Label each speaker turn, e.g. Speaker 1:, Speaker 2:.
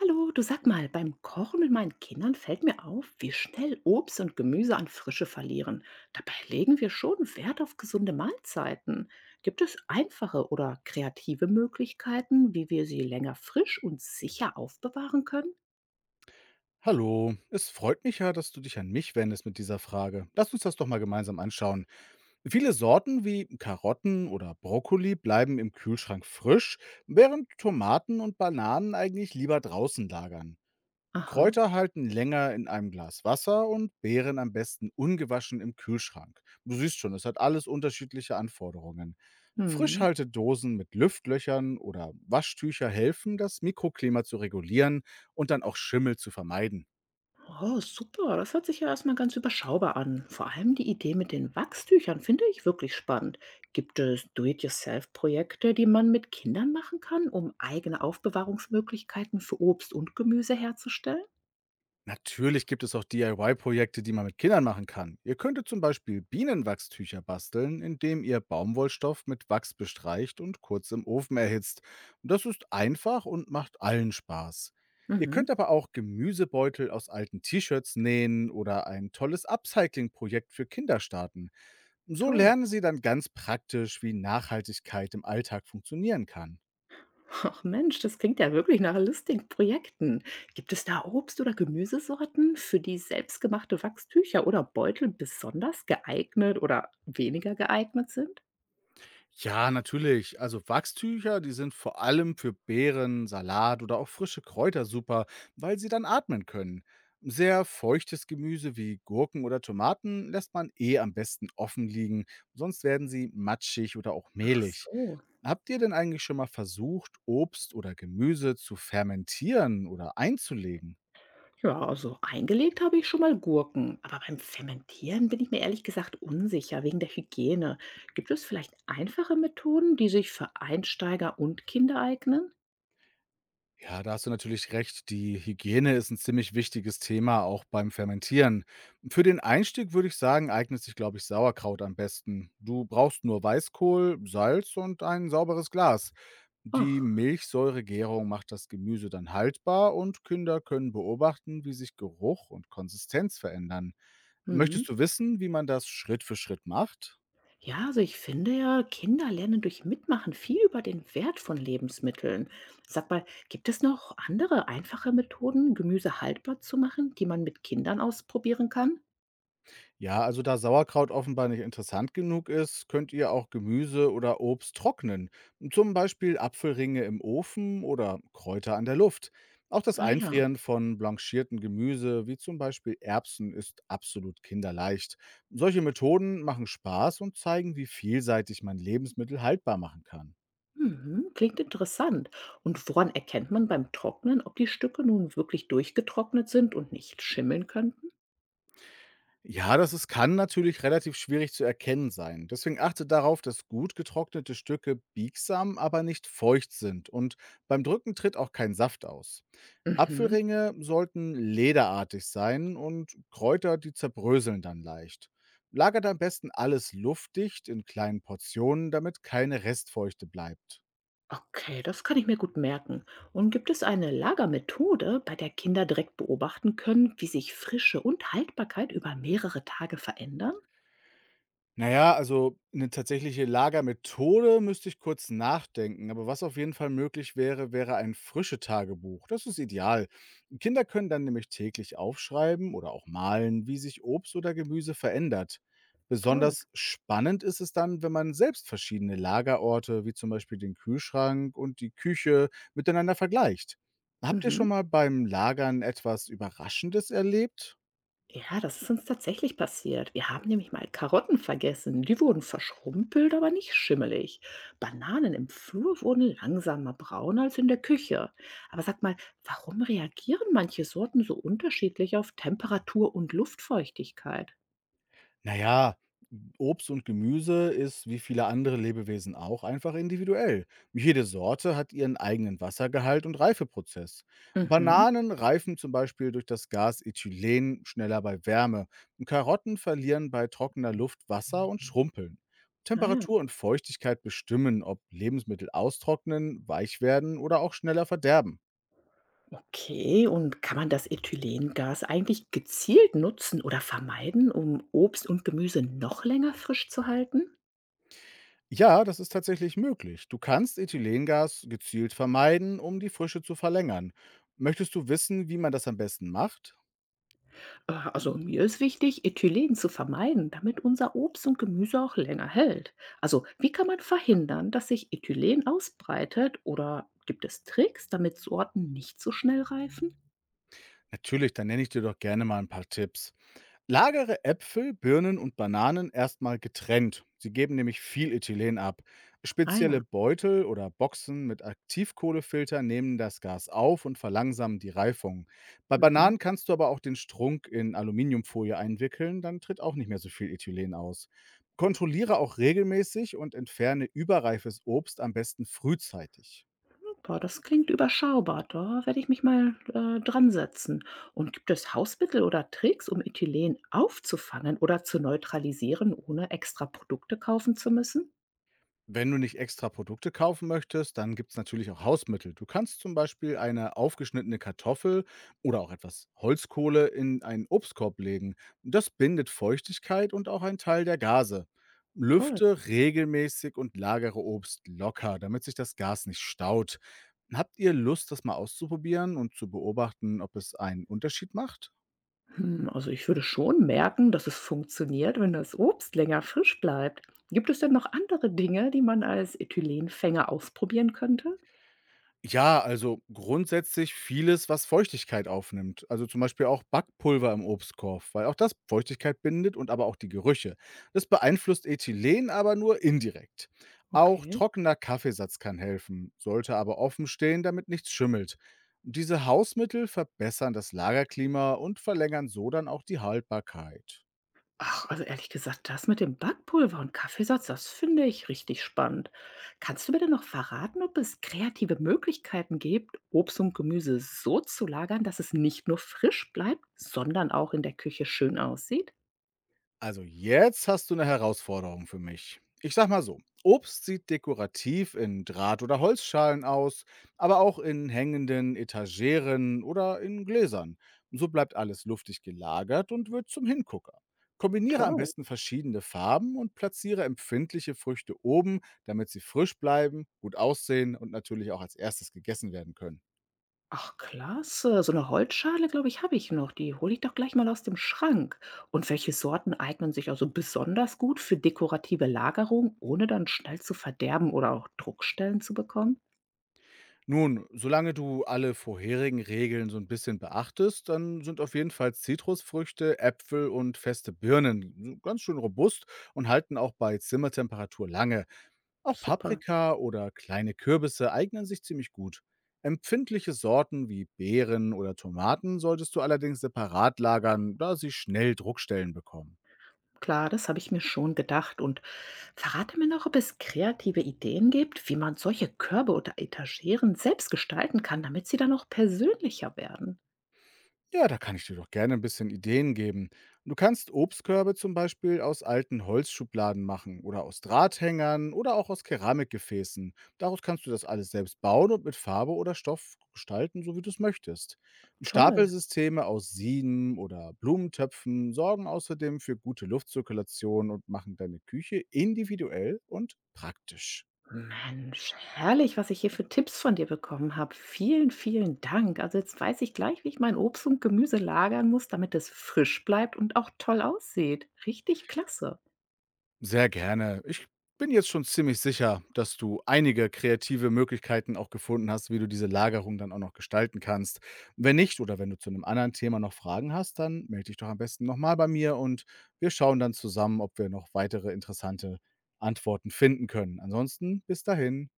Speaker 1: Hallo, du, sag mal, beim Kochen mit meinen Kindern fällt mir auf, wie schnell Obst und Gemüse an Frische verlieren. Dabei legen wir schon Wert auf gesunde Mahlzeiten. Gibt es einfache oder kreative Möglichkeiten, wie wir sie länger frisch und sicher aufbewahren können?
Speaker 2: Hallo, es freut mich ja, dass du dich an mich wendest mit dieser Frage. Lass uns das doch mal gemeinsam anschauen. Viele Sorten wie Karotten oder Brokkoli bleiben im Kühlschrank frisch, während Tomaten und Bananen eigentlich lieber draußen lagern.
Speaker 1: Aha.
Speaker 2: Kräuter halten länger in einem Glas Wasser und Beeren am besten ungewaschen im Kühlschrank. Du siehst schon, es hat alles unterschiedliche Anforderungen.
Speaker 1: Hm.
Speaker 2: Frischhaltedosen mit Lüftlöchern oder Waschtücher helfen, das Mikroklima zu regulieren und dann auch Schimmel zu vermeiden.
Speaker 1: Oh, super. Das hört sich ja erstmal ganz überschaubar an. Vor allem die Idee mit den Wachstüchern finde ich wirklich spannend. Gibt es Do-it-yourself-Projekte, die man mit Kindern machen kann, um eigene Aufbewahrungsmöglichkeiten für Obst und Gemüse herzustellen?
Speaker 2: Natürlich gibt es auch DIY-Projekte, die man mit Kindern machen kann. Ihr könntet zum Beispiel Bienenwachstücher basteln, indem ihr Baumwollstoff mit Wachs bestreicht und kurz im Ofen erhitzt. Das ist einfach und macht allen Spaß. Ihr könnt
Speaker 1: Mhm,
Speaker 2: aber auch Gemüsebeutel aus alten T-Shirts nähen oder ein tolles Upcycling-Projekt für Kinder starten. So
Speaker 1: toll.
Speaker 2: lernen sie dann ganz praktisch, wie Nachhaltigkeit im Alltag funktionieren kann.
Speaker 1: Ach Mensch, das klingt ja wirklich nach lustigen Projekten. Gibt es da Obst- oder Gemüsesorten, für die selbstgemachte Wachstücher oder Beutel besonders geeignet oder weniger geeignet sind?
Speaker 2: Ja, natürlich. Also Wachstücher, die sind vor allem für Beeren, Salat oder auch frische Kräuter super, weil sie dann atmen können. Sehr feuchtes Gemüse wie Gurken oder Tomaten lässt man eh am besten offen liegen, sonst werden sie matschig oder auch
Speaker 1: Ach
Speaker 2: mehlig.
Speaker 1: so.
Speaker 2: Habt ihr denn eigentlich schon mal versucht, Obst oder Gemüse zu fermentieren oder einzulegen?
Speaker 1: Ja, so eingelegt habe ich schon mal Gurken, aber beim Fermentieren bin ich mir ehrlich gesagt unsicher wegen der Hygiene. Gibt es vielleicht einfache Methoden, die sich für Einsteiger und Kinder eignen?
Speaker 2: Ja, da hast du natürlich recht. Die Hygiene ist ein ziemlich wichtiges Thema, auch beim Fermentieren. Für den Einstieg würde ich sagen, eignet sich, glaube ich, Sauerkraut am besten. Du brauchst nur Weißkohl, Salz und ein sauberes Glas. Die
Speaker 1: Ach,
Speaker 2: Milchsäuregärung macht das Gemüse dann haltbar und Kinder können beobachten, wie sich Geruch und Konsistenz verändern.
Speaker 1: hm.
Speaker 2: Möchtest du wissen, wie man das Schritt für Schritt macht?
Speaker 1: Ja, also ich finde ja, Kinder lernen durch Mitmachen viel über den Wert von Lebensmitteln. Sag mal, gibt es noch andere einfache Methoden, Gemüse haltbar zu machen, die man mit Kindern ausprobieren kann?
Speaker 2: Ja, also da Sauerkraut offenbar nicht interessant genug ist, könnt ihr auch Gemüse oder Obst trocknen. Zum Beispiel Apfelringe im Ofen oder Kräuter an der Luft. Auch das
Speaker 1: Ah ja.
Speaker 2: Einfrieren von blanchierten Gemüse, wie zum Beispiel Erbsen, ist absolut kinderleicht. Solche Methoden machen Spaß und zeigen, wie vielseitig man Lebensmittel haltbar machen kann.
Speaker 1: Mhm, klingt interessant. Und woran erkennt man beim Trocknen, ob die Stücke nun wirklich durchgetrocknet sind und nicht schimmeln könnten?
Speaker 2: Ja, das ist kann natürlich relativ schwierig zu erkennen sein. Deswegen achte darauf, dass gut getrocknete Stücke biegsam, aber nicht feucht sind und beim Drücken tritt auch kein Saft aus.
Speaker 1: Mhm.
Speaker 2: Apfelringe sollten lederartig sein und Kräuter, die zerbröseln dann leicht. Lagert am besten alles luftdicht in kleinen Portionen, damit keine Restfeuchte bleibt.
Speaker 1: Okay, das kann ich mir gut merken. Und gibt es eine Lagermethode, bei der Kinder direkt beobachten können, wie sich Frische und Haltbarkeit über mehrere Tage verändern?
Speaker 2: Na ja, also eine tatsächliche Lagermethode müsste ich kurz nachdenken, aber was auf jeden Fall möglich wäre, wäre ein Frische-Tagebuch. Das ist ideal. Kinder können dann nämlich täglich aufschreiben oder auch malen, wie sich Obst oder Gemüse verändert.
Speaker 1: Toll.
Speaker 2: Besonders spannend ist es dann, wenn man selbst verschiedene Lagerorte, wie zum Beispiel den Kühlschrank und die Küche, miteinander vergleicht. Habt ihr schon
Speaker 1: Mhm.
Speaker 2: mal beim Lagern etwas Überraschendes erlebt?
Speaker 1: Ja, das ist uns tatsächlich passiert. Wir haben nämlich mal Karotten vergessen. Die wurden verschrumpelt, aber nicht schimmelig. Bananen im Flur wurden langsamer braun als in der Küche. Aber sag mal, warum reagieren manche Sorten so unterschiedlich auf Temperatur und Luftfeuchtigkeit?
Speaker 2: Naja, Obst und Gemüse ist wie viele andere Lebewesen auch einfach individuell. Jede Sorte hat ihren eigenen Wassergehalt und Reifeprozess.
Speaker 1: Mhm.
Speaker 2: Bananen reifen zum Beispiel durch das Gas Ethylen schneller bei Wärme. Karotten verlieren bei trockener Luft Wasser und schrumpeln.
Speaker 1: Ah ja.
Speaker 2: Temperatur und Feuchtigkeit bestimmen, ob Lebensmittel austrocknen, weich werden oder auch schneller verderben.
Speaker 1: Okay, und kann man das Ethylengas eigentlich gezielt nutzen oder vermeiden, um Obst und Gemüse noch länger frisch zu halten?
Speaker 2: Ja, das ist tatsächlich möglich. Du kannst Ethylengas gezielt vermeiden, um die Frische zu verlängern. Möchtest du wissen, wie man das am besten macht?
Speaker 1: Also mir ist wichtig, Ethylen zu vermeiden, damit unser Obst und Gemüse auch länger hält. Also wie kann man verhindern, dass sich Ethylen ausbreitet oder gibt es Tricks, damit Sorten nicht so schnell reifen?
Speaker 2: Natürlich, dann nenne ich dir doch gerne mal ein paar Tipps. Lagere Äpfel, Birnen und Bananen erstmal getrennt. Sie geben nämlich viel Ethylen ab.
Speaker 1: Ah
Speaker 2: Spezielle
Speaker 1: ja.
Speaker 2: Beutel oder Boxen mit Aktivkohlefilter nehmen das Gas auf und verlangsamen die Reifung. Bei
Speaker 1: Mhm.
Speaker 2: Bananen kannst du aber auch den Strunk in Aluminiumfolie einwickeln, dann tritt auch nicht mehr so viel Ethylen aus. Kontrolliere auch regelmäßig und entferne überreifes Obst am besten frühzeitig.
Speaker 1: Super, das klingt überschaubar. Da werde ich mich mal dran setzen. Und gibt es Hausmittel oder Tricks, um Ethylen aufzufangen oder zu neutralisieren, ohne extra Produkte kaufen zu müssen?
Speaker 2: Wenn du nicht extra Produkte kaufen möchtest, dann gibt es natürlich auch Hausmittel. Du kannst zum Beispiel eine aufgeschnittene Kartoffel oder auch etwas Holzkohle in einen Obstkorb legen. Das bindet Feuchtigkeit und auch einen Teil der Gase.
Speaker 1: Toll.
Speaker 2: Lüfte regelmäßig und lagere Obst locker, damit sich das Gas nicht staut. Habt ihr Lust, das mal auszuprobieren und zu beobachten, ob es einen Unterschied macht?
Speaker 1: Hm, also ich würde schon merken, dass es funktioniert, wenn das Obst länger frisch bleibt. Gibt es denn noch andere Dinge, die man als Ethylenfänger ausprobieren könnte?
Speaker 2: Ja, also grundsätzlich vieles, was Feuchtigkeit aufnimmt. Also zum Beispiel auch Backpulver im Obstkorb, weil auch das Feuchtigkeit bindet und aber auch die Gerüche. Das beeinflusst Ethylen aber nur indirekt. Auch
Speaker 1: Okay.
Speaker 2: trockener Kaffeesatz kann helfen, sollte aber offen stehen, damit nichts schimmelt. Diese Hausmittel verbessern das Lagerklima und verlängern so dann auch die Haltbarkeit.
Speaker 1: Ach, also ehrlich gesagt, das mit dem Backpulver und Kaffeesatz, das finde ich richtig spannend. Kannst du mir denn noch verraten, ob es kreative Möglichkeiten gibt, Obst und Gemüse so zu lagern, dass es nicht nur frisch bleibt, sondern auch in der Küche schön aussieht?
Speaker 2: Also jetzt hast du eine Herausforderung für mich. Ich sage mal so, Obst sieht dekorativ in Draht oder Holzschalen aus, aber auch in hängenden Etageren oder in Gläsern. So bleibt alles luftig gelagert und wird zum Hingucker. Kombiniere am
Speaker 1: Toll.
Speaker 2: besten verschiedene Farben und platziere empfindliche Früchte oben, damit sie frisch bleiben, gut aussehen und natürlich auch als erstes gegessen werden können.
Speaker 1: Ach, klasse. So eine Holzschale, glaube ich, habe ich noch. Die hole ich doch gleich mal aus dem Schrank. Und welche Sorten eignen sich also besonders gut für dekorative Lagerung, ohne dann schnell zu verderben oder auch Druckstellen zu bekommen?
Speaker 2: Nun, solange du alle vorherigen Regeln so ein bisschen beachtest, dann sind auf jeden Fall Zitrusfrüchte, Äpfel und feste Birnen so ganz schön robust und halten auch bei Zimmertemperatur lange. Auch
Speaker 1: Super.
Speaker 2: Paprika oder kleine Kürbisse eignen sich ziemlich gut. Empfindliche Sorten wie Beeren oder Tomaten solltest du allerdings separat lagern, da sie schnell Druckstellen bekommen.
Speaker 1: Klar, das habe ich mir schon gedacht. Und verrate mir noch, ob es kreative Ideen gibt, wie man solche Körbe oder Etageren selbst gestalten kann, damit sie dann auch persönlicher werden.
Speaker 2: Ja, da kann ich dir doch gerne ein bisschen Ideen geben. Du kannst Obstkörbe zum Beispiel aus alten Holzschubladen machen oder aus Drahthängern oder auch aus Keramikgefäßen. Daraus kannst du das alles selbst bauen und mit Farbe oder Stoff gestalten, so wie du es möchtest.
Speaker 1: Toll.
Speaker 2: Stapelsysteme aus Sieben oder Blumentöpfen sorgen außerdem für gute Luftzirkulation und machen deine Küche individuell und praktisch.
Speaker 1: Mensch, herrlich, was ich hier für Tipps von dir bekommen habe. Vielen, vielen Dank. Also jetzt weiß ich gleich, wie ich mein Obst und Gemüse lagern muss, damit es frisch bleibt und auch toll aussieht. Richtig klasse.
Speaker 2: Sehr gerne. Ich bin jetzt schon ziemlich sicher, dass du einige kreative Möglichkeiten auch gefunden hast, wie du diese Lagerung dann auch noch gestalten kannst. Wenn nicht oder wenn du zu einem anderen Thema noch Fragen hast, dann melde dich doch am besten nochmal bei mir und wir schauen dann zusammen, ob wir noch weitere interessante Antworten finden können. Ansonsten bis dahin.